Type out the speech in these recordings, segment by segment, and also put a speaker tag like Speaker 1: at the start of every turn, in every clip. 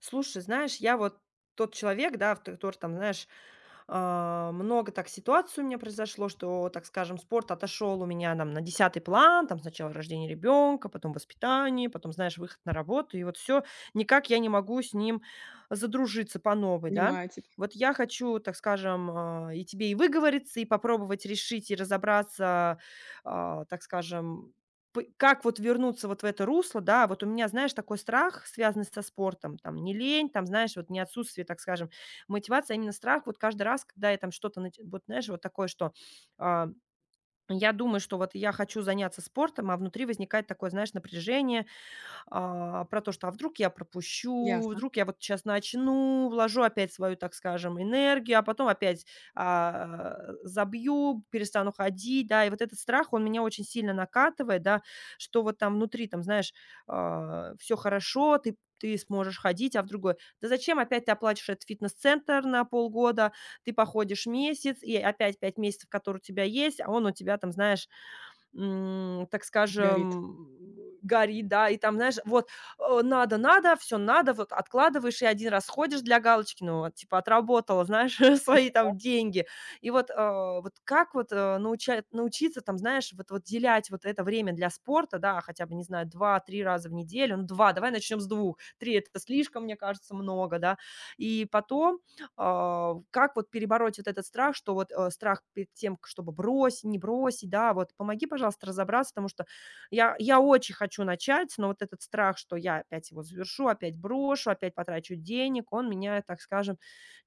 Speaker 1: Слушай, знаешь, я вот тот человек, да, в который там, знаешь, много так ситуаций у меня произошло, что, так скажем, спорт отошел у меня там на десятый план, там сначала рождение ребенка, потом воспитание, потом, знаешь, выход на работу, и вот все, никак я не могу с ним задружиться по новой, да.
Speaker 2: Понимаю тебя.
Speaker 1: Вот я хочу, так скажем, и тебе и выговориться, и попробовать решить, и разобраться, а, так скажем, как вот вернуться вот в это русло, да, вот у меня, знаешь, такой страх, связанный со спортом, там, не лень, там, знаешь, вот не отсутствие, так скажем, мотивация, а именно страх. Вот каждый раз, когда я там что-то, вот знаешь, вот такое, что а, я думаю, что вот я хочу заняться спортом, а внутри возникает такое, знаешь, напряжение, про то, что а вдруг я пропущу,
Speaker 2: Ясно.
Speaker 1: вдруг я вот сейчас начну, вложу опять свою, так скажем, энергию, а потом опять а, забью, перестану ходить, да, и вот этот страх, он меня очень сильно накатывает, да, что вот там внутри, там, знаешь, все хорошо, ты сможешь ходить, а в другой. Да зачем опять ты оплачиваешь этот фитнес-центр на полгода, ты походишь месяц, и опять 5 месяцев, которые у тебя есть, а он у тебя там, знаешь, м, так
Speaker 2: Сгорит.
Speaker 1: скажем, горит, да, и там, знаешь, вот, надо, все надо, вот откладываешь и один раз ходишь для галочки, ну, вот, типа, отработала, знаешь, свои там деньги. И вот, вот как вот, науча научиться там, знаешь, вот уделять вот это время для спорта, да, хотя бы, не знаю, два три раза в неделю, ну, 2 давай начнем с двух три это слишком, мне кажется, много, да. И потом, как вот перебороть вот этот страх, что вот, страх перед тем, к чтобы бросить, не бросить, да, вот помоги, пожалуйста, разобраться, потому что я очень хочу начать, но вот этот страх, что я опять его завершу, опять брошу, опять потрачу денег, он меня, так скажем,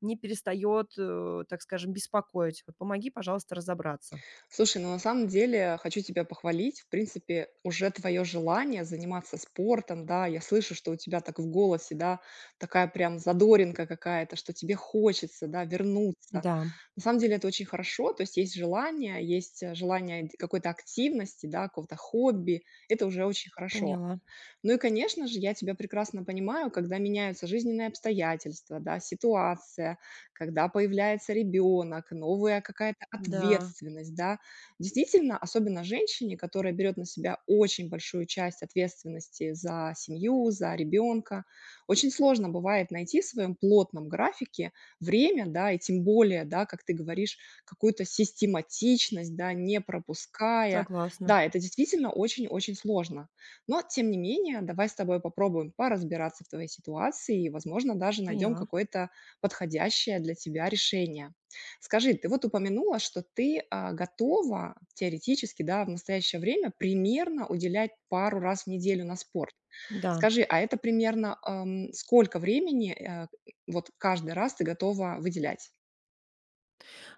Speaker 1: не перестает, так скажем, беспокоить. Вот помоги, пожалуйста, разобраться.
Speaker 2: Слушай, ну на самом деле хочу тебя похвалить. В принципе, уже твое желание заниматься спортом, да, я слышу, что у тебя так в голосе, да, такая прям задоринка какая-то, что тебе хочется, да, вернуться.
Speaker 1: Да,
Speaker 2: На самом деле это очень хорошо, то есть есть желание, есть какой-то активности, да, какого-то хобби, это уже очень хорошо.
Speaker 1: поняла.
Speaker 2: Ну и, конечно же, я тебя прекрасно понимаю, когда меняются жизненные обстоятельства, да, ситуация, когда появляется ребенок, новая какая-то
Speaker 1: Да,
Speaker 2: ответственность, да. Действительно, особенно женщине, которая берет на себя очень большую часть ответственности за семью, за ребенка, очень сложно бывает найти в своем плотном графике время, да, и тем более, да, как ты говоришь, какую-то систематичность, да, не пропуская.
Speaker 1: согласна.
Speaker 2: Да, это действительно очень-очень сложно. Но, тем не менее, давай с тобой попробуем поразбираться в твоей ситуации и, возможно, даже найдем
Speaker 1: Поняла.
Speaker 2: какое-то подходящее для тебя решение. Скажи, ты вот упомянула, что ты готова теоретически, да, в настоящее время примерно уделять пару раз в неделю на спорт.
Speaker 1: Да.
Speaker 2: Скажи, а это примерно сколько времени вот каждый раз ты готова выделять?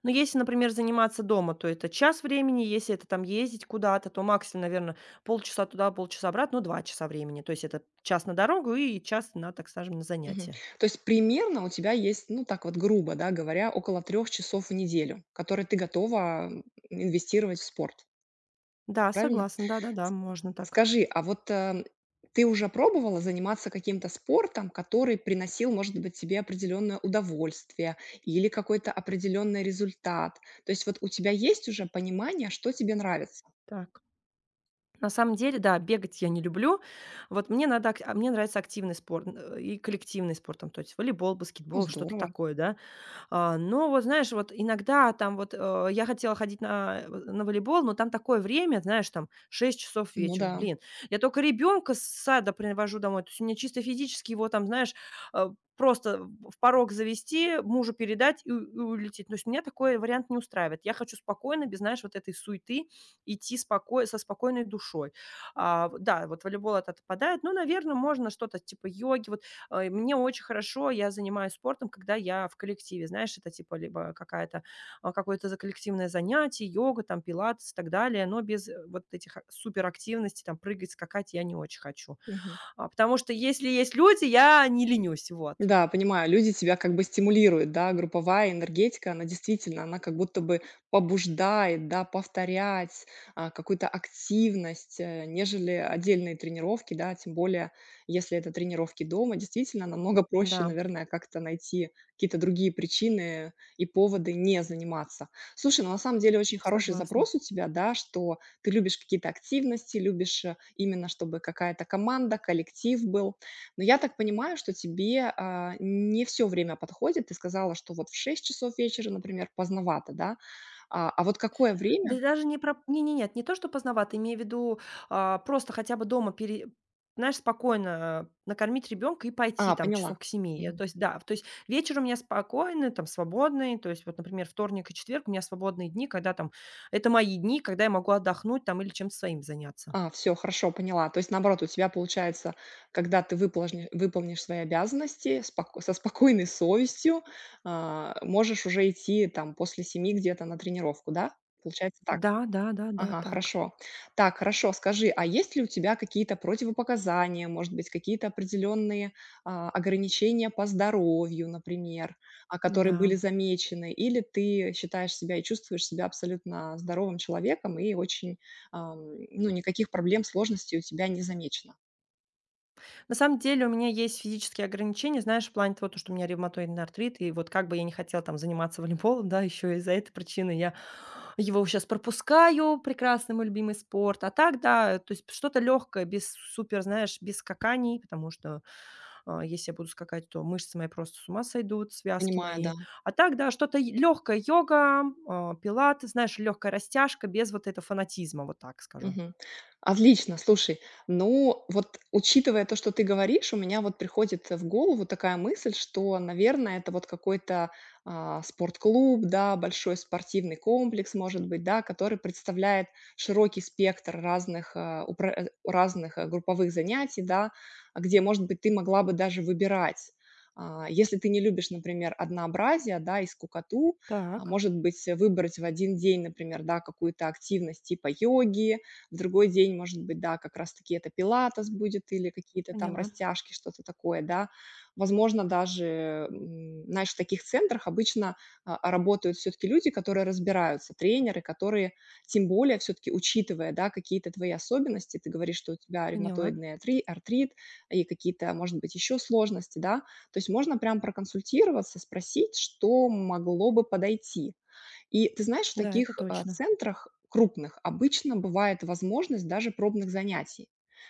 Speaker 1: Но если, например, заниматься дома, то это час времени, если это там ездить куда-то, то максимум, наверное, полчаса туда, полчаса обратно, ну, 2 часа времени. То есть это час на дорогу и час на, так скажем, на
Speaker 2: Мгм.
Speaker 1: занятия.
Speaker 2: То есть примерно у тебя есть, ну так вот грубо, да, говоря, около 3 часов в неделю, которые ты готова инвестировать в спорт,
Speaker 1: Да,
Speaker 2: правильно?
Speaker 1: согласна, да-да-да,
Speaker 2: С-
Speaker 1: можно так.
Speaker 2: Скажи, а вот ты уже пробовала заниматься каким-то спортом, который приносил, может быть, тебе определенное удовольствие или какой-то определенный результат? То есть вот у тебя есть уже понимание, что тебе нравится?
Speaker 1: Так. На самом деле, да, бегать я не люблю. Вот мне надо ак а мне нравится активный спорт, и коллективный спорт, там, то есть волейбол,
Speaker 2: О,
Speaker 1: баскетбол, что-то
Speaker 2: здорово.
Speaker 1: такое, да. А, но вот, знаешь, вот иногда там вот, я хотела ходить на, на волейбол, но там такое время, знаешь, там шесть часов
Speaker 2: Ну
Speaker 1: вечера.
Speaker 2: да.
Speaker 1: Блин, я только ребенка с сада привожу домой. То есть у меня чисто физически его там, знаешь, э, просто в порог завести, мужу передать и улететь. То есть меня такой вариант не устраивает. Я хочу спокойно, без, знаешь, вот этой суеты идти споко со спокойной душой. А, в Да, вот волейбол этот отпадает. Ну, наверное, можно что-то типа йоги. Вот. Мне очень хорошо, я занимаюсь спортом, когда я в коллективе. Знаешь, это типа либо какая-то, какое-то за коллективное занятие, йога, там, пилатес и так далее, но без вот этих суперактивностей, там, прыгать, скакать я не очень хочу. Потому что если есть люди, я не ленюсь, вот.
Speaker 2: Да, понимаю, люди тебя как бы стимулируют, да, групповая энергетика, она действительно, она как будто бы побуждает, да, повторять какую-то активность, нежели отдельные тренировки, да, тем более, если это тренировки дома, действительно намного проще,
Speaker 1: Да,
Speaker 2: наверное, как-то найти какие-то другие причины и поводы не заниматься. Слушай, ну на самом деле очень хороший
Speaker 1: согласна.
Speaker 2: запрос у тебя, да, что ты любишь какие-то активности, любишь именно, чтобы какая-то команда, коллектив был. Но я так понимаю, что тебе, не все время подходит. Ты сказала, что вот в 6 часов вечера, например, поздновато, да? А вот какое
Speaker 1: Да
Speaker 2: время.
Speaker 1: даже не про не не нет, не то, что поздновато, имею в виду, просто хотя бы дома пере знаешь, спокойно накормить ребенка и пойти
Speaker 2: А,
Speaker 1: там
Speaker 2: поняла.
Speaker 1: часов к 7. Я, то
Speaker 2: Мгм.
Speaker 1: есть, да, то есть вечер у меня спокойный, там свободный. То есть вот, например, вторник и четверг у меня свободные дни, когда там это мои дни, когда я могу отдохнуть там или чем-то своим заняться.
Speaker 2: А, все хорошо, поняла. То есть, наоборот, у тебя получается, когда ты выполнишь свои обязанности споко со спокойной совестью, можешь уже идти там после 7 где-то на тренировку, да? Получается так.
Speaker 1: Да, да, да, да,
Speaker 2: Ага,
Speaker 1: так.
Speaker 2: хорошо. Так, хорошо, скажи, а есть ли у тебя какие-то противопоказания, может быть, какие-то определенные ограничения по здоровью, например, которые были
Speaker 1: Да.
Speaker 2: замечены, или ты считаешь себя и чувствуешь себя абсолютно здоровым человеком и очень, ну, никаких проблем, сложностей у тебя не замечено?
Speaker 1: На самом деле у меня есть физические ограничения, знаешь, в плане того, то, что у меня ревматоидный артрит, и вот как бы я не хотела там заниматься волейболом, да, еще из-за этой причины я его сейчас пропускаю, прекрасный мой любимый спорт. А так, да, то есть что-то легкое, без супер, знаешь, без скаканий, потому что если я буду скакать, то мышцы мои просто с ума сойдут, связки
Speaker 2: Понимаю,
Speaker 1: мои.
Speaker 2: да.
Speaker 1: А так, да, что-то легкое, йога, пилаты, знаешь, легкая растяжка, без вот этого фанатизма, вот так скажу.
Speaker 2: Мгм. Отлично, слушай, ну вот учитывая то, что ты говоришь, у меня вот приходит в голову такая мысль, что, наверное, это вот какой-то спортклуб, да, большой спортивный комплекс, может быть, да, который представляет широкий спектр разных, разных групповых занятий, да, а где, может быть, ты могла бы даже выбирать. А, если ты не любишь, например, однообразие, да, и скукоту,
Speaker 1: Так.
Speaker 2: может быть, выбрать в один день, например, да, какую-то активность типа йоги, в другой день, может быть, да, как раз-таки это пилатес будет или какие-то там
Speaker 1: Поняла,
Speaker 2: растяжки, что-то такое, да. Возможно, даже, знаешь, в таких центрах обычно работают все-таки люди, которые разбираются, тренеры, которые, тем более, все-таки учитывая, да, какие-то твои особенности, ты говоришь, что у тебя
Speaker 1: поняла.
Speaker 2: ревматоидный артрит и какие-то, может быть, еще сложности, да, то есть можно прям проконсультироваться, спросить, что могло бы подойти. И ты знаешь, в
Speaker 1: Да, это
Speaker 2: таких,
Speaker 1: точно.
Speaker 2: центрах крупных обычно бывает возможность даже пробных занятий.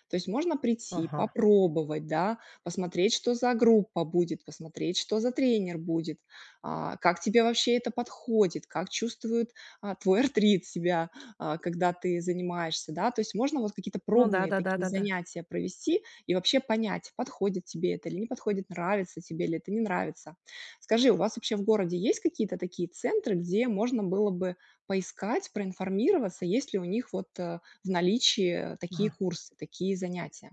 Speaker 2: То есть можно прийти,
Speaker 1: Ага.
Speaker 2: попробовать, да, посмотреть, что за группа будет, посмотреть, что за тренер будет, как тебе вообще это подходит, как чувствует, твой артрит себя, когда ты занимаешься, да. То есть можно вот какие-то
Speaker 1: Ну да,
Speaker 2: пробные такие
Speaker 1: да-да-да-да.
Speaker 2: занятия провести и вообще понять, подходит тебе это или не подходит, нравится тебе ли это, не нравится. Скажи, у вас вообще в городе есть какие-то такие центры, где можно было бы поискать, проинформироваться, есть ли у них вот в наличии такие
Speaker 1: Ага.
Speaker 2: курсы, такие занятия?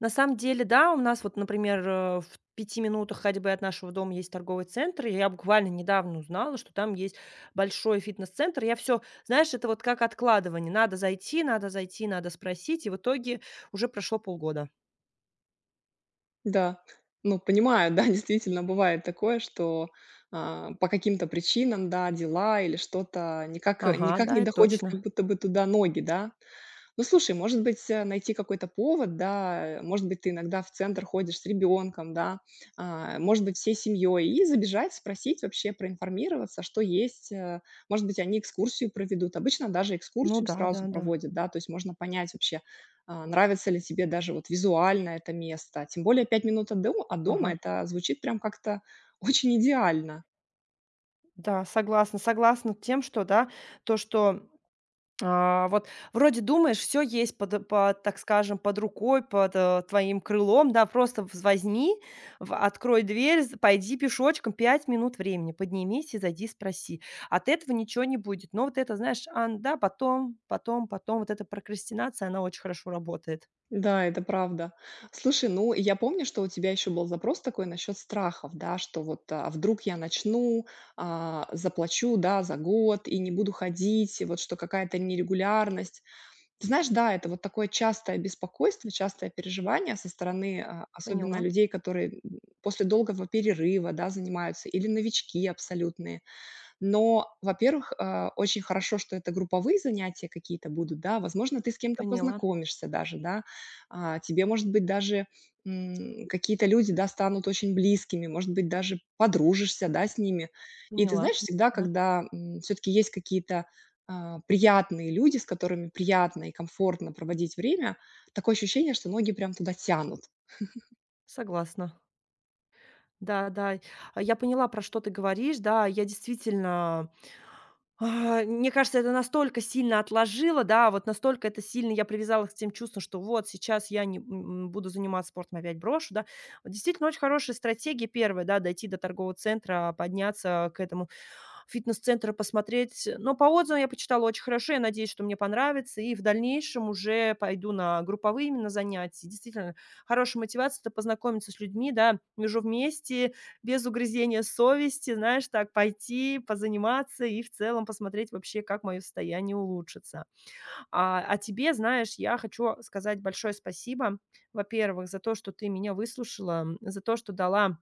Speaker 1: На самом деле, да, у нас вот, например, в 5 минутах ходьбы от нашего дома есть торговый центр. И я буквально недавно узнала, что там есть большой фитнес-центр. Я все знаешь, это вот как откладывание: надо зайти, надо зайти, надо спросить. И в итоге уже прошло полгода.
Speaker 2: Да, ну понимаю, да, действительно бывает такое, что по каким-то причинам, да, дела или что-то никак,
Speaker 1: Ага,
Speaker 2: никак
Speaker 1: да,
Speaker 2: не
Speaker 1: это
Speaker 2: доходит, как
Speaker 1: точно.
Speaker 2: будто бы туда ноги, да? Ну, слушай, может быть, найти какой-то повод, да, может быть, ты иногда в центр ходишь с ребенком, да, может быть, всей семьей, и забежать, спросить вообще, проинформироваться, что есть. Может быть, они экскурсию проведут. Обычно даже
Speaker 1: Ну
Speaker 2: экскурсию
Speaker 1: да, да,
Speaker 2: сразу
Speaker 1: да.
Speaker 2: проводят, да, то есть можно понять вообще, нравится ли тебе даже вот визуально это место. Тем более 5 минут от дома
Speaker 1: Ага.
Speaker 2: это звучит прям как-то очень идеально.
Speaker 1: Да, согласна. Согласна тем, что, да, то, что вот вроде думаешь, все есть под, так скажем, под рукой, под, твоим крылом, да, просто вз возьми, в открой дверь, з пойди пешочком 5 минут времени, поднимись и зайди, спроси. От этого ничего не будет. Но вот это, знаешь, ан да, потом, потом, потом, вот эта прокрастинация, она очень хорошо работает.
Speaker 2: Да, это правда. Слушай, ну, я помню, что у тебя еще был запрос такой насчет страхов, да, что вот а вдруг я начну, заплачу, да, за год и не буду ходить, и вот что какая-то нерегулярность. Ты знаешь, да, это вот такое частое беспокойство, частое переживание со стороны, особенно
Speaker 1: Поняла,
Speaker 2: людей, которые после долгого перерыва, да, занимаются, или новички абсолютные. Но, во-первых, очень хорошо, что это групповые занятия какие-то будут, да, возможно, ты с кем-то
Speaker 1: поняла,
Speaker 2: познакомишься даже, да, тебе, может быть, даже какие-то люди, да, станут очень близкими, может быть, даже подружишься, да, с ними. И ты
Speaker 1: поняла.
Speaker 2: знаешь,
Speaker 1: Да,
Speaker 2: всегда,
Speaker 1: да,
Speaker 2: когда все-таки есть какие-то приятные люди, с которыми приятно и комфортно проводить время, такое ощущение, что ноги прям туда тянут.
Speaker 1: согласна. Да, да, я поняла, про что ты говоришь. Да, я действительно, мне кажется, это настолько сильно отложило, да, вот настолько это сильно я привязалась к тем чувствам, что вот сейчас я не буду заниматься спортом, опять брошу, да. Вот. Действительно, очень хорошая стратегия первая, да, дойти до торгового центра, подняться к этому фитнес-центру, посмотреть. Но по отзывам я почитала очень хорошо, я надеюсь, что мне понравится, и в дальнейшем уже пойду на групповые именно занятия. Действительно, хорошая мотивация - это познакомиться с людьми, да, между вместе, без угрызения совести, знаешь, так пойти, позаниматься и в целом посмотреть вообще, как мое состояние улучшится. А тебе, знаешь, я хочу сказать большое спасибо, во-первых, за то, что ты меня выслушала, за то, что дала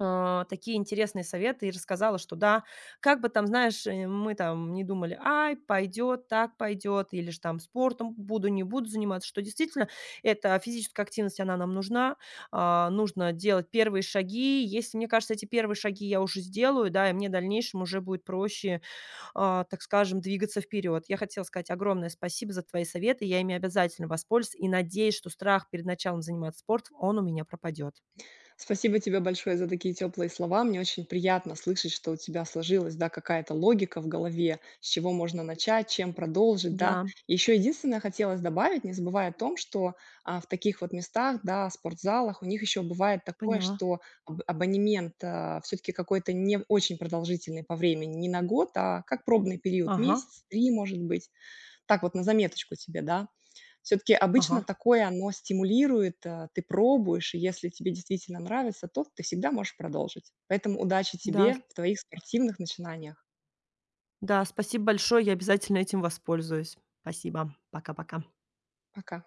Speaker 1: такие интересные советы и рассказала, что да, как бы там, знаешь, мы там не думали, ай, пойдет, так пойдет, или же там спортом буду, не буду заниматься, что действительно эта физическая активность, она нам нужна, нужно делать первые шаги, если, мне кажется, эти первые шаги я уже сделаю, да, и мне в дальнейшем уже будет проще, двигаться вперед. Я хотела сказать огромное спасибо за твои советы, я ими обязательно воспользуюсь и надеюсь, что страх перед началом заниматься спортом, он у меня пропадет.
Speaker 2: Спасибо тебе большое за такие теплые слова. Мне очень приятно слышать, что у тебя сложилась, да, какая-то логика в голове, с чего можно начать, чем продолжить,
Speaker 1: Да,
Speaker 2: да. Еще единственное хотелось добавить, не забывая о том, что в таких вот местах, да, спортзалах, у них еще бывает такое,
Speaker 1: поняла.
Speaker 2: что абонемент все-таки какой-то не очень продолжительный по времени, не на год, а как пробный период,
Speaker 1: Ага.
Speaker 2: месяц, три, может быть. Так вот, на заметочку тебе, да, все таки обычно
Speaker 1: Ага,
Speaker 2: такое, оно стимулирует, ты пробуешь, и если тебе действительно нравится, то ты всегда можешь продолжить. Поэтому удачи
Speaker 1: да,
Speaker 2: тебе в твоих спортивных начинаниях.
Speaker 1: да, спасибо большое, я обязательно этим воспользуюсь. Спасибо. Пока-пока.
Speaker 2: Пока.